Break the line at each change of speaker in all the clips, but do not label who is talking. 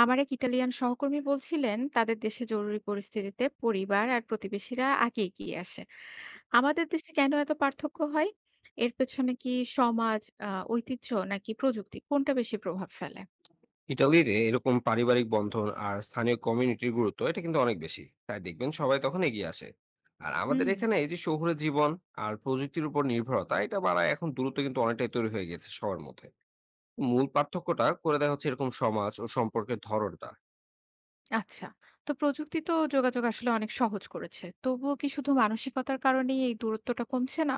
আমার এক ইটালিয়ান সহকর্মী বলছিলেন তাদের দেশে জরুরি পরিস্থিতিতে পরিবার আর প্রতিবেশীরা আগে এগিয়ে আসে। আমাদের দেশে কেন এত পার্থক্য হয়? এর পেছনে কি সমাজ, ঐতিহ্য নাকি প্রযুক্তি কোনটা বেশি প্রভাব ফেলে?
ইতালির এরকম পারিবারিক বন্ধন আর স্থানীয় কমিউনিটির গুরুত্ব এটা কিন্তু অনেক বেশি, তাই দেখবেন সবাই তখন এগিয়ে আসে। আর আমাদের
হুম।
এখানে এই যে শহুরে জীবন আর প্রযুক্তির উপর নির্ভরতা এটা বাড়ায়, এখন দূরত্ব কিন্তু অনেকটাই তৈরি হয়ে গেছে সবার মধ্যে। মূল পার্থক্যটা করে দেয় হচ্ছে এরকম সমাজ ও সম্পর্কের ধরনটা।
আচ্ছা, তো প্রযুক্তি তো যোগাযোগ আসলে অনেক সহজ করেছে, তবুও কি শুধু মানসিকতার কারণেই এই দূরত্বটা কমছে না?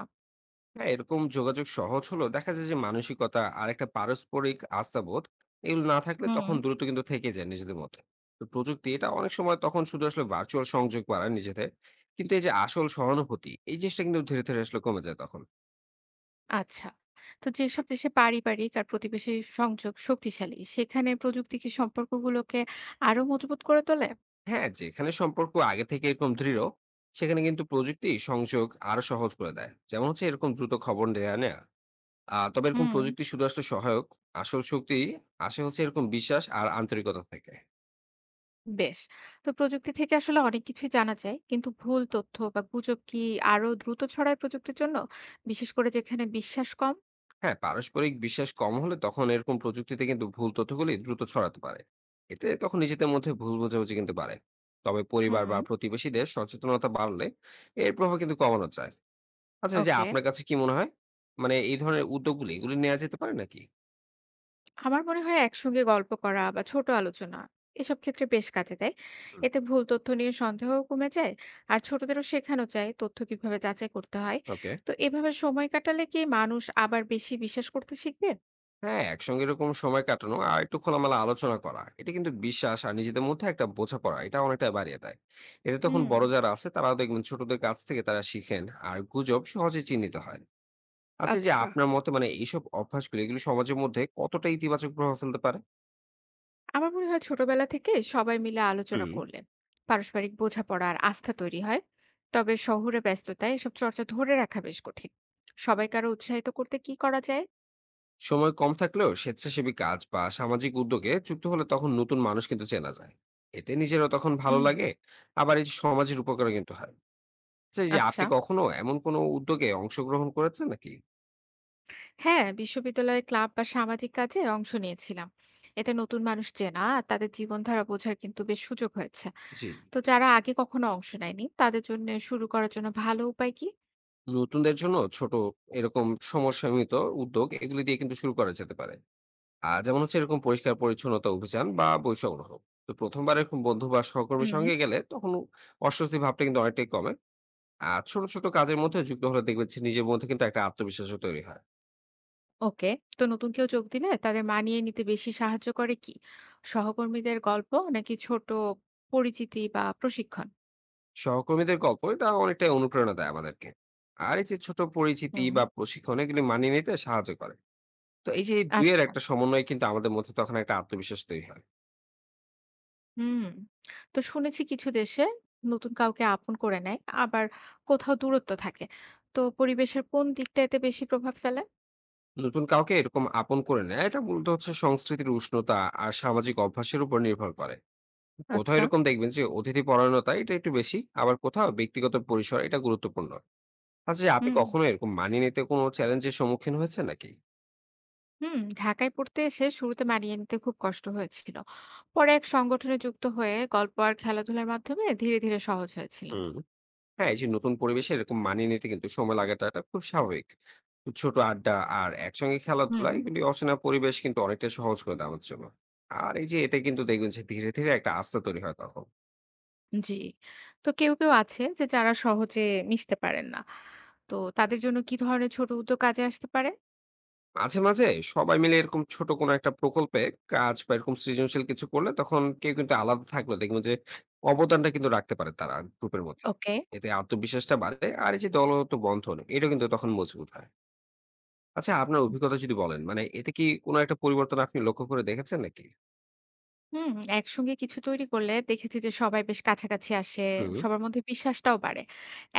হ্যাঁ, এরকম যোগাযোগ সহজ হলো, দেখা যায় যে মানসিকতা আর একটা পারস্পরিক আস্থাবোধ এগুলো না থাকলে
হুম।
তখন দূরত্ব কিন্তু থেকে যায় নিজেদের মধ্যে। তো প্রযুক্তি এটা অনেক সময় তখন শুধু আসলে ভার্চুয়াল সংযোগ বাড়ায় নিজেদের, কিন্তু এই যে আসল সহানুভূতি এই জিনিসটা কিন্তু ধীরে ধীরে আসলে কমে যায় তখন।
আচ্ছা, তো যেসব দেশে পারিবারিক আর প্রতিবেশী সংযোগ শক্তিশালী, সেখানে প্রযুক্তি কি সম্পর্কগুলোকে আরো মজবুত করে তোলে?
হ্যাঁ, যেখানে সম্পর্ক আগে থেকে এরকম দৃঢ়, সেখানে কিন্তু প্রযুক্তি সংযোগ আরো সহজ করে দেয়, যেমন হচ্ছে এরকম দ্রুত খবর দেয়া নেয়া। তবে এরকম
হুম।
প্রযুক্তি শুধু আসলে সহায়ক। আসল শক্তি আসে হচ্ছে এরকম বিশ্বাস আর আন্তরিকতা থেকে।
বেশ। তো প্রযুক্তি থেকে আসলে অনেক কিছুই জানা যায়। কিন্তু ভুল তথ্য বা গুজব কি আরো দ্রুত ছড়ায় প্রযুক্তির জন্য? বিশেষ করে যেখানে বিশ্বাস কম?
হ্যাঁ, পারস্পরিক বিশ্বাস কম হলে তখন এরকম প্রযুক্তিতে কিন্তু ভুল তথ্যগুলি দ্রুত ছড়াতে পারে। এতে তখন নিজেদের মধ্যে ভুল বোঝাবুঝি কিন্তু বাড়ে। তবে পরিবার বা
হুম,
প্রতিবেশীদের সচেতনতা বাড়লে এর প্রভাব কিন্তু কমানো যায়। আচ্ছা, এই যে
ওকে।
আপনার কাছে কি মনে হয়, মানে এই ধরনের উদ্যোগগুলি এগুলি নেওয়া যেতে পারে নাকি?
আমার মনে হয় একসঙ্গে গল্প করা বা ছোট আলোচনা এসব ক্ষেত্রে বেশ কাজে দেয়।
হুম,
এতে ভুল তথ্য নিয়ে সন্দেহও কমে যায়। আর ছোটদেরও শেখানো যায় তথ্য কিভাবে যাচাই করতে হয়।
ওকে।
তো এভাবে সময় কাটালে কি মানুষ আবার বেশি বিশ্বাস করতে শিখবে?
হ্যাঁ, একসঙ্গে এরকম সময় কাটানো আর একটু খোলামেলা আলোচনা করা এটা কিন্তু বিশ্বাস আর নিজেদের মধ্যে একটা বোঝাপড়া এটা অনেকটা বাড়িয়ে দেয়। এতে তখন
হুম,
বড় যারা আছে তারাও দেখবেন ছোটদের কাছ থেকে তারা শিখেন। আর গুজব সহজে চিহ্নিত হয়। আচ্ছা, যে
আচ্ছা।
আপনার মতে, মানে এইসব অভ্যাসগুলো এগুলো সমাজের মধ্যে কতটা ইতিবাচক প্রভাব ফেলতে পারে?
আমার মনে হয় ছোটবেলা থেকে সবাই মিলে আলোচনা
হুম।
করলে পারস্পরিক বোঝাপড়া আর আস্থা তৈরি হয়। তবে শহুরে ব্যস্ততায় এসব চর্চা ধরে রাখা বেশ কঠিন। সবাইকে আরো উৎসাহিত করতে কি করা যায়?
সময় কম থাকলেও স্বেচ্ছাসেবী কাজ বা সামাজিক উদ্যোগে যুক্ত হলে তখন নতুন মানুষ কিন্তু চেনা যায়। এতে নিজেরও তখন ভালো
হুম।
লাগে। আবার এই যে সমাজের উপকারও কিন্তু হয়। আচ্ছা, এই যে
আচ্ছা।
আপনি কখনো এমন কোনো উদ্যোগে অংশগ্রহণ করেছেন নাকি?
হ্যাঁ, বিশ্ববিদ্যালয়ে ক্লাব বা সামাজিক কাজে অংশ নিয়েছিলাম। এতে নতুন মানুষ চেনা আর তাদের জীবনধারা বোঝার কিন্তু বেশ সুযোগ হয়েছে।
জি।
তো যারা আগে কখনো অংশ নেয়নি, তাদের জন্য শুরু করার জন্য ভালো উপায় কি?
নতুনদের জন্য ছোট এরকম সমসাময়িক উদ্যোগ এগুলি দিয়ে কিন্তু শুরু করা যেতে পারে। যেমন হচ্ছে এরকম পরিষ্কার পরিচ্ছন্নতা অভিযান বা বই সংগ্রহ। তো প্রথমবার এরকম বন্ধু বা সহকর্মীর সঙ্গে গেলে তখন অস্বস্তি ভাবটা কিন্তু অনেকটাই কমে। আর ছোট ছোট কাজের মধ্যে যুক্ত হলে দেখবেন যে নিজের মধ্যে কিন্তু একটা আত্মবিশ্বাসও তৈরি হয়।
ওকে। তো নতুন কেউ যোগ দিলে তাদের মানিয়ে নিতে বেশি সাহায্য করে কি, সহকর্মীদের গল্প নাকি ছোট পরিচিতি বা প্রশিক্ষণ?
সহকর্মীদের গল্প এটা অনেকটাই অনুপ্রেরণা দেয় আমাদেরকে। আর এই যে ছোট পরিচিতি
হুম।
বা প্রশিক্ষণ এগুলি মানিয়ে নিতে সাহায্য করে। তো এই যে এই দুইয়ের
আচ্ছা।
একটা সমন্বয় কিন্তু আমাদের মধ্যে তখন একটা আত্মবিশ্বাস তৈরি হয়।
হুম। তো শুনেছি কিছু দেশে নতুন কাউকে আপন করে নেয়, আবার কোথাও দূরত্ব থাকে। তো পরিবেশের কোন দিকটা এতে বেশি প্রভাব ফেলে?
নতুন কাউকে এরকম আপন করে নেয় এটা মূলত হচ্ছে সংস্কৃতির উষ্ণতা আর সামাজিক অভ্যাসের উপর নির্ভর করে। কোথাও
আচ্ছা।
এরকম দেখবেন যে অতিথি পরায়ণতা এটা একটু বেশি, আবার কোথাও ব্যক্তিগত পরিসর এটা গুরুত্বপূর্ণ। আচ্ছা, যে আপনি
হুম।
কখনো এরকম মানিয়ে নিতে কোনো চ্যালেঞ্জের সম্মুখীন হয়েছে নাকি?
হুম, ঢাকায় পড়তে এসে শুরুতে মানিয়ে নিতে খুব কষ্ট হয়েছিল। পরে এক সংগঠনে যুক্ত হয়ে গল্প আর খেলাধুলার মাধ্যমে ধীরে ধীরে সহজ হয়েছিল।
হুম। হ্যাঁ, এই যে নতুন পরিবেশে এরকম মানিয়ে নিতে কিন্তু সময় লাগাটা এটা খুব স্বাভাবিক। তো ছোট আড্ডা আর একসঙ্গে
হুম।
খেলাধুলা এগুলি অচেনা পরিবেশ কিন্তু অনেকটা সহজ করে দেয় আমাদের জন্য। আর এই যে এতে কিন্তু দেখবেন যে ধীরে ধীরে একটা আস্থা তৈরি হয় তখন।
জি। তো কেউ, কেউ আছে যে যারা সহজে মিশতে পারেন না। তো তাদের জন্য কি ধরনের ছোট উদ্যোগ কাজে আসতে পারে?
মাঝে মাঝে সবাই মিলে এরকম ছোট কোনো একটা প্রকল্পে কাজ বা এরকম সৃজনশীল কিছু করলে তখন কেউ কিন্তু আলাদা থাকলে দেখবেন যে অবদানটা কিন্তু রাখতে পারে তারা গ্রুপের মধ্যে।
ওকে।
এতে আত্মবিশ্বাসটা বাড়ে, আর এই যে দলগত বন্ধন এটা কিন্তু তখন মজবুত হয়। আচ্ছা, আপনার অভিজ্ঞতা যদি বলেন, মানে এতে কি কোনো একটা পরিবর্তন আপনি লক্ষ্য করে দেখেছেন নাকি?
হুম, একসঙ্গে কিছু তৈরি করলে দেখেছি যে সবাই বেশ কাছাকাছি আসে,
হু।
সবার মধ্যে বিশ্বাসটাও বাড়ে।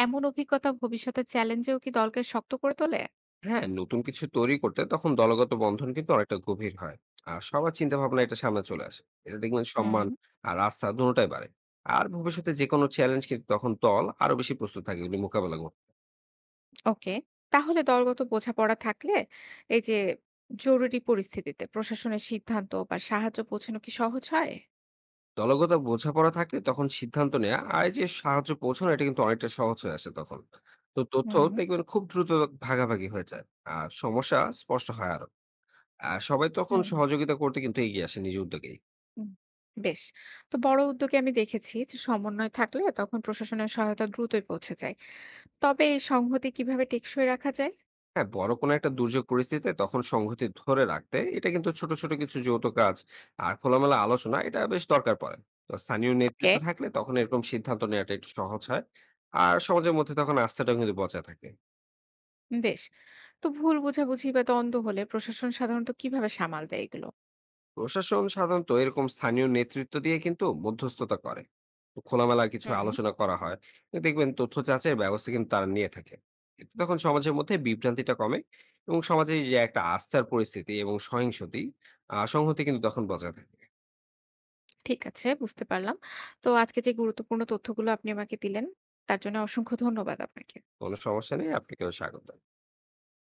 এমন অভিজ্ঞতা ভবিষ্যতের চ্যালেঞ্জেও কি দলকে শক্ত করে তোলে?
হ্যাঁ, নতুন কিছু তৈরি করতে তখন দলগত বন্ধন কিন্তু অনেকটা গভীর হয়। আর সবার চিন্তা ভাবনা এটা সামনে চলে আসে, এটা দেখবেন সম্মান
হুম,
আর আস্থা দুটোটাই বাড়ে। আর ভবিষ্যতে যে কোনো চ্যালেঞ্জ কিন্তু তখন দল আরো বেশি প্রস্তুত থাকে এগুলি মোকাবেলা করতে।
ওকে। তাহলে দলগত বোঝাপড়া থাকলে, এই যে জরুরি পরিস্থিতিতে প্রশাসনের সিদ্ধান্ত বা সাহায্য পৌঁছানো কি সহজ হয়?
দলগত বোঝাপড়া থাকলে তখন সিদ্ধান্ত নেওয়া আর এই যে সাহায্য পৌঁছানো এটা কিন্তু অনেকটা সহজ হয়ে আসে তখন। তো তথ্য
হুম।
দেখবেন খুব দ্রুত ভাগাভাগি হয়ে যায়। আর সমস্যা স্পষ্ট হয় আরো। আর সবাই তখন
হুম।
সহযোগিতা করতে কিন্তু এগিয়ে আসে নিজ উদ্যোগেই।
হুম, বেশ। তো বড় উদ্যোগে আমি দেখেছি যে সমন্বয় থাকলে তখন প্রশাসনের সহায়তা দ্রুতই পৌঁছে যায়। তবে এই সংহতি কিভাবে টেকসই রাখা যায়?
হ্যাঁ, বড় কোনো একটা দুর্যোগ পরিস্থিতিতে তখন সংহতি ধরে রাখতে এটা কিন্তু ছোট ছোট কিছু যৌথ কাজ আর খোলামেলা আলোচনা এটা বেশ দরকার পড়ে। তো স্থানীয়
ওকে।
নেতৃত্ব থাকলে তখন এরকম সিদ্ধান্ত নেওয়াটা একটু সহজ হয়। আর সমাজের মধ্যে তখন আস্থাটাও কিন্তু বজায় থাকে।
বেশ। তো ভুল বোঝাবুঝি বা দ্বন্দ্ব হলে প্রশাসন সাধারণত কিভাবে সামাল দেয় এগুলো?
প্রশাসন সাধারণত এরকম স্থানীয় নেতৃত্ব দিয়ে কিন্তু মধ্যস্থতা করে। তো খোলামেলা কিছু
হুম।
আলোচনা করা হয়। দেখবেন তথ্য যাচাইয়ের ব্যবস্থা কিন্তু তারা নিয়ে থাকে। এতে তখন সমাজের মধ্যে বিভ্রান্তিটা কমে এবং সমাজে এই যে একটা আস্থার পরিস্থিতি এবং সহিংসতি সংহতি কিন্তু তখন বজায় থাকে।
ঠিক আছে, বুঝতে পারলাম। তো আজকে যে গুরুত্বপূর্ণ তথ্যগুলো আপনি আমাকে দিলেন, তার জন্য অসংখ্য ধন্যবাদ আপনাকে।
কোনো সমস্যা নেই। আপনাকেও স্বাগত।